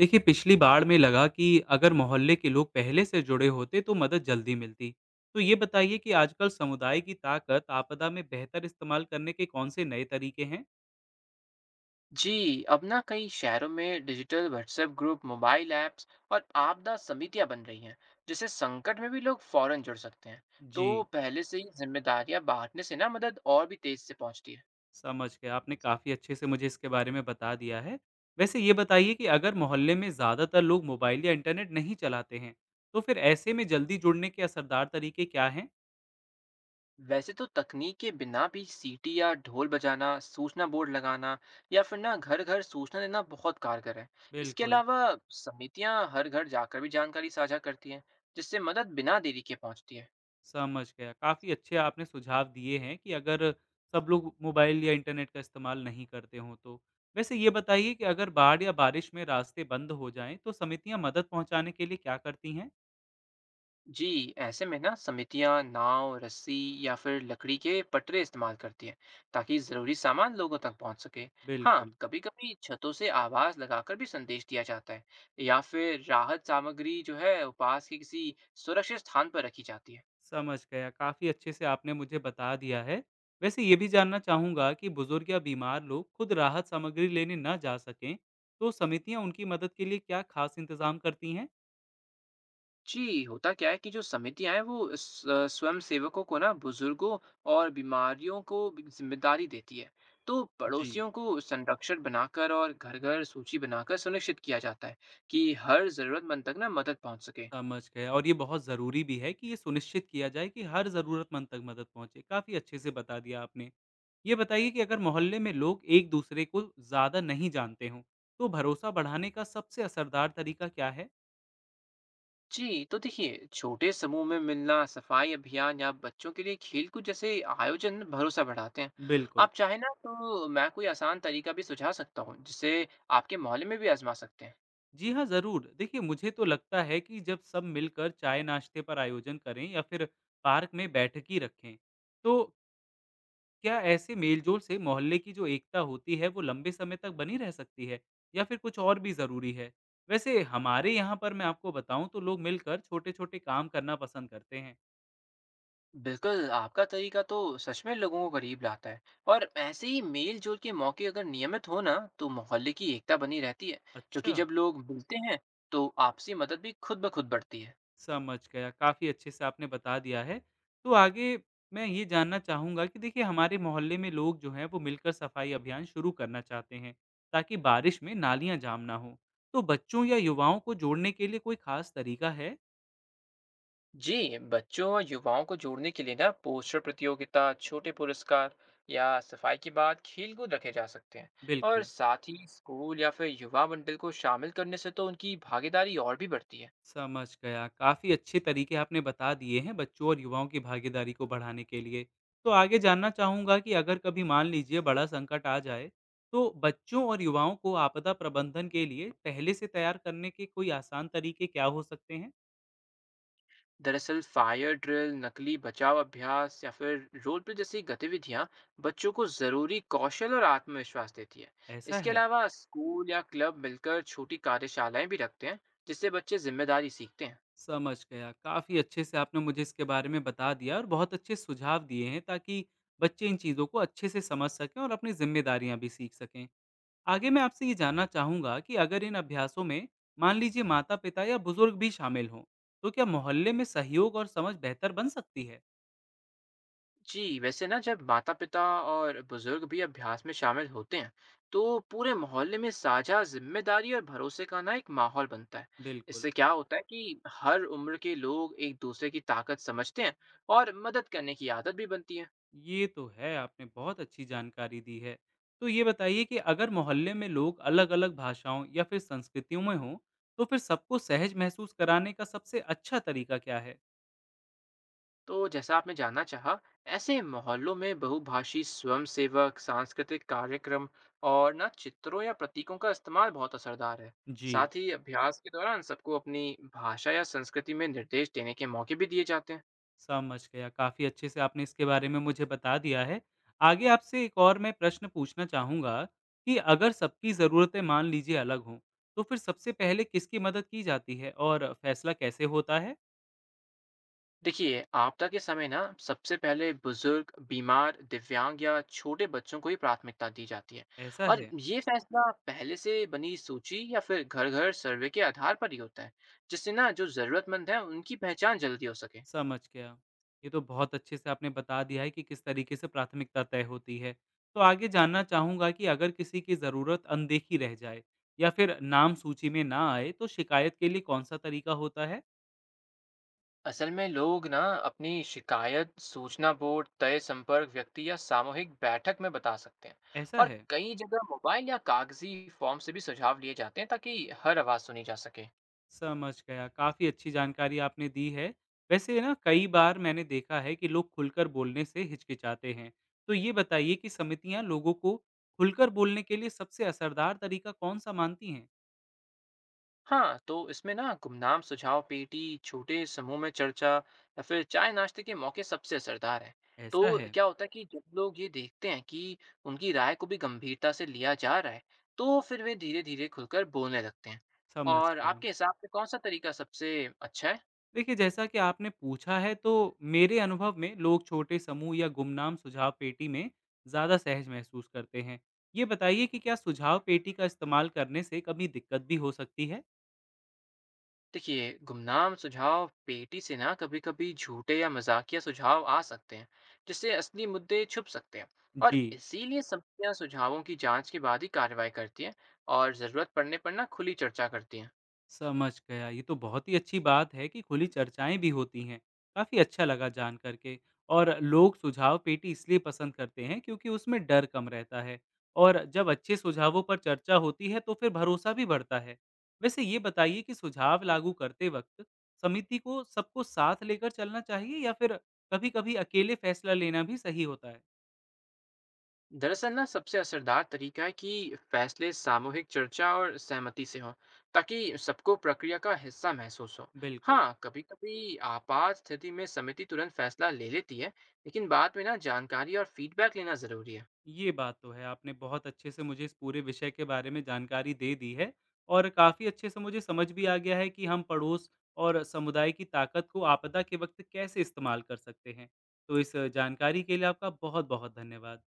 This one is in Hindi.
देखिए पिछली बाढ़ में लगा कि अगर मोहल्ले के लोग पहले से जुड़े होते तो मदद जल्दी मिलती। तो ये बताइए कि आजकल समुदाय की ताकत आपदा में बेहतर इस्तेमाल करने के कौन से नए तरीके हैं। जी अब ना कई शहरों में digital WhatsApp group, mobile apps और आपदा समितियां बन रही हैं, जिससे संकट में भी लोग फौरन जुड़ सकते हैं। जी, तो पहले से ही जिम्मेदारियां बांटने से ना मदद और भी तेज से पहुंचती है। समझ गया। आपने काफ़ी अच्छे से मुझे इसके बारे में बता दिया है। वैसे ये बताइए कि अगर मोहल्ले में ज़्यादातर लोग मोबाइल या इंटरनेट नहीं चलाते हैं, तो फिर ऐसे में जल्दी जुड़ने के असरदार तरीके क्या हैं? वैसे तो तकनीक के बिना भी सीटी या ढोल बजाना, सूचना बोर्ड लगाना, या फिर ना घर घर सूचना देना बहुत कारगर है। इसके बिल्कुल। अलावा समितियां हर घर जाकर भी जानकारी साझा करती हैं, जिससे मदद बिना देरी के पहुंचती है। समझ गया। काफ़ी अच्छे आपने सुझाव दिए हैं कि अगर सब लोग मोबाइल या इंटरनेट का इस्तेमाल नहीं करते हों तो। वैसे ये बताइए कि अगर बाढ़ या बारिश में रास्ते बंद हो जाएँ तो समितियाँ मदद पहुँचाने के लिए क्या करती हैं? जी, ऐसे में ना समितियां नाव, रस्सी या फिर लकड़ी के पटरे इस्तेमाल करती हैं, ताकि जरूरी सामान लोगों तक पहुंच सके। हाँ, बिल्कुल। कभी कभी छतों से आवाज लगाकर भी संदेश दिया जाता है, या फिर राहत सामग्री जो है वो पास के किसी सुरक्षित स्थान पर रखी जाती है। समझ गया, काफ़ी अच्छे से आपने मुझे बता दिया है। वैसे ये भी जानना चाहूँगा कि बुज़ुर्ग या बीमार लोग खुद राहत सामग्री लेने ना जा सकें, तो समितियाँ उनकी मदद के लिए क्या खास इंतज़ाम करती हैं? जी, होता क्या है कि जो समितियाँ हैं वो स्वयं सेवकों को ना बुजुर्गों और बीमारियों को भी ज़िम्मेदारी देती है। तो जी। पड़ोसियों को संरक्षक बनाकर और घर-घर सूची बनाकर सुनिश्चित किया जाता है कि हर ज़रूरतमंद तक ना मदद पहुँच सके। समझ गया, और ये बहुत ज़रूरी भी है कि ये सुनिश्चित किया जाए कि हर ज़रूरतमंद तक मदद पहुंचे। काफ़ी अच्छे से बता दिया आपने। ये बताइए कि अगर मोहल्ले में लोग एक दूसरे को ज़्यादा नहीं जानते हों, तो भरोसा बढ़ाने का सबसे असरदार तरीका क्या है? जी, तो देखिए छोटे समूह में मिलना, सफाई अभियान या बच्चों के लिए खेलकूद जैसे आयोजन भरोसा बढ़ाते हैं। बिल्कुल। आप चाहें ना तो मैं कोई आसान तरीका भी सुझा सकता हूँ जिसे आपके मोहल्ले में भी आज़मा सकते हैं। जी हाँ, ज़रूर। देखिए, मुझे तो लगता है कि जब सब मिलकर चाय नाश्ते पर आयोजन करें या फिर पार्क में बैठक ही रखें, तो क्या ऐसे मेलजोल से मोहल्ले की जो एकता होती है वो लंबे समय तक बनी रह सकती है या फिर कुछ और भी ज़रूरी है? वैसे हमारे यहाँ पर मैं आपको बताऊँ तो लोग मिलकर छोटे-छोटे काम करना पसंद करते हैं। बिल्कुल, आपका तरीका तो सच में लोगों को करीब लाता है और ऐसे ही मेल-जोल के मौके अगर नियमित हो ना, तो मोहल्ले की एकता बनी रहती है, क्योंकि अच्छा। जब लोग मिलते हैं, तो आपसी मदद भी खुद ब खुद बढ़ती है। समझ गया, काफ़ी अच्छे से आपने बता दिया है। तो आगे मैं ये जानना चाहूँगा कि देखिए हमारे मोहल्ले में लोग जो हैं वो मिलकर सफाई अभियान शुरू करना चाहते हैं ताकि बारिश में नालियाँ जाम ना हो। तो बच्चों या युवाओं को जोड़ने के लिए कोई खास तरीका है? जी, बच्चों और युवाओं को जोड़ने के लिए ना पोस्टर प्रतियोगिता, छोटे पुरस्कार या सफाई के बाद खेल कूद रखे जा सकते हैं। और बिल्कुल। साथ ही स्कूल या फिर युवा मंडल को शामिल करने से तो उनकी भागीदारी और भी बढ़ती है। समझ गया। काफ़ी अच्छे तरीके आपने बता दिए हैं बच्चों और युवाओं की भागीदारी को बढ़ाने के लिए। तो आगे जानना चाहूँगा कि अगर कभी मान लीजिए बड़ा संकट आ जाए, तो बच्चों और युवाओं को आपदा प्रबंधन के लिए पहले से तैयार करने के कोई आसान तरीके क्या हो सकते हैं? दरअसल फायर ड्रिल, नकली बचाव अभ्यास या फिर रोल प्ले जैसी गतिविधियां बच्चों को जरूरी कौशल और आत्मविश्वास देती है। ऐसा इसके है? अलावा स्कूल या क्लब मिलकर छोटी कार्यशालाएं भी रखते हैं, जिससे बच्चे जिम्मेदारी सीखते हैं। समझ गया। काफ़ी अच्छे से आपने मुझे इसके बारे में बता दिया और बहुत अच्छे सुझाव दिए हैं ताकि बच्चे इन चीज़ों को अच्छे से समझ सकें और अपनी ज़िम्मेदारियाँ भी सीख सकें। आगे मैं आपसे ये जानना चाहूंगा कि अगर इन अभ्यासों में मान लीजिए माता पिता या बुजुर्ग भी शामिल हों, तो क्या मोहल्ले में सहयोग और समझ बेहतर बन सकती है? जी, वैसे ना जब माता पिता और बुजुर्ग भी अभ्यास में शामिल होते हैं, तो पूरे मोहल्ले में साझा जिम्मेदारी और भरोसे का ना एक माहौल बनता है। बिल्कुल। इससे क्या होता है कि हर उम्र के लोग एक दूसरे की ताकत समझते हैं और मदद करने की आदत भी बनती है। ये तो है, आपने बहुत अच्छी जानकारी दी है। तो ये बताइए कि अगर मोहल्ले में लोग अलग अलग भाषाओं या फिर संस्कृतियों में हों, तो फिर सबको सहज महसूस कराने का सबसे अच्छा तरीका क्या है? तो जैसा आपने जानना चाहा, ऐसे मोहल्लों में बहुभाषी स्वयंसेवक, सांस्कृतिक कार्यक्रम और ना चित्रों या प्रतीकों का इस्तेमाल बहुत असरदार है। जी। साथ ही अभ्यास के दौरान सबको अपनी भाषा या संस्कृति में निर्देश देने के मौके भी दिए जाते हैं। समझ गया। काफ़ी अच्छे से आपने इसके बारे में मुझे बता दिया है। आगे आपसे एक और मैं प्रश्न पूछना चाहूँगा कि अगर सबकी ज़रूरतें मान लीजिए अलग हों, तो फिर सबसे पहले किसकी मदद की जाती है और फैसला कैसे होता है? देखिए, आपदा के समय ना सबसे पहले बुजुर्ग, बीमार, दिव्यांग या छोटे बच्चों को ही प्राथमिकता दी जाती है, ऐसा और है। ये फैसला पहले से बनी सूची या फिर घर-घर सर्वे के आधार पर ही होता है, जिससे ना जो जरूरतमंद है उनकी पहचान जल्दी हो सके। समझ गया। ये तो बहुत अच्छे से आपने बता दिया है कि किस तरीके से प्राथमिकता तय होती है। तो आगे जानना चाहूँगा कि अगर किसी की ज़रूरत अनदेखी रह जाए या फिर नाम सूची में ना आए, तो शिकायत के लिए कौन-सा तरीका होता है? असल में लोग ना अपनी शिकायत सूचना बोर्ड, तय संपर्क व्यक्ति या सामूहिक बैठक में बता सकते हैं। ऐसा और है। कई जगह मोबाइल या कागजी फॉर्म से भी सुझाव लिए जाते हैं, ताकि हर आवाज सुनी जा सके। समझ गया। काफ़ी अच्छी जानकारी आपने दी है। वैसे ना कई बार मैंने देखा है कि लोग खुलकर बोलने से हिचकिचाते हैं। तो ये बताइए कि समितियाँ लोगों को खुलकर बोलने के लिए सबसे असरदार तरीका कौन-सा मानती हैं? हाँ, तो इसमें ना गुमनाम सुझाव पेटी, छोटे समूह में चर्चा या फिर चाय नाश्ते के मौके सबसे असरदार है। ऐसा तो है। क्या होता है कि जब लोग ये देखते हैं कि उनकी राय को भी गंभीरता से लिया जा रहा है, तो फिर वे धीरे धीरे खुलकर बोलने लगते हैं। समझ और गया। आपके हिसाब से कौन सा तरीका सबसे अच्छा है? देखिए जैसा कि आपने पूछा है तो मेरे अनुभव में लोग छोटे समूह या गुमनाम सुझाव पेटी में ज़्यादा सहज महसूस करते हैं। ये बताइए कि क्या सुझाव पेटी का इस्तेमाल करने से कभी दिक्कत भी हो सकती है? देखिए, गुमनाम सुझाव पेटी से ना कभी कभी झूठे या मजाकिया सुझाव आ सकते हैं, जिससे असली मुद्दे छुप सकते हैं। और जी। इसीलिए समितियां सुझावों की जांच के बाद ही कार्रवाई करती हैं और जरूरत पड़ने पर ना खुली चर्चा करती हैं। समझ गया। ये तो बहुत ही अच्छी बात है कि खुली चर्चाएँ भी होती हैं। काफ़ी अच्छा लगा जान कर के। और लोग सुझाव पेटी इसलिए पसंद करते हैं क्योंकि उसमें डर कम रहता है, और जब अच्छे सुझावों पर चर्चा होती है तो फिर भरोसा भी बढ़ता है। वैसे ये बताइए कि सुझाव लागू करते वक़्त समिति को सबको साथ लेकर चलना चाहिए या फिर कभी-कभी अकेले फैसला लेना भी सही होता है? दरअसल ना सबसे असरदार तरीका है कि फैसले सामूहिक चर्चा और सहमति से हों, ताकि सबको प्रक्रिया का हिस्सा महसूस हो। बिल्कुल। हाँ, कभी कभी आपात स्थिति में समिति तुरंत फैसला ले लेती है, लेकिन बाद में ना जानकारी और फीडबैक लेना जरूरी है। ये बात तो है, आपने बहुत अच्छे से मुझे इस पूरे विषय के बारे में जानकारी दे दी है और काफ़ी अच्छे से मुझे समझ भी आ गया है कि हम पड़ोस और समुदाय की ताकत को आपदा के वक़्त कैसे इस्तेमाल कर सकते हैं। तो इस जानकारी के लिए आपका बहुत-बहुत धन्यवाद।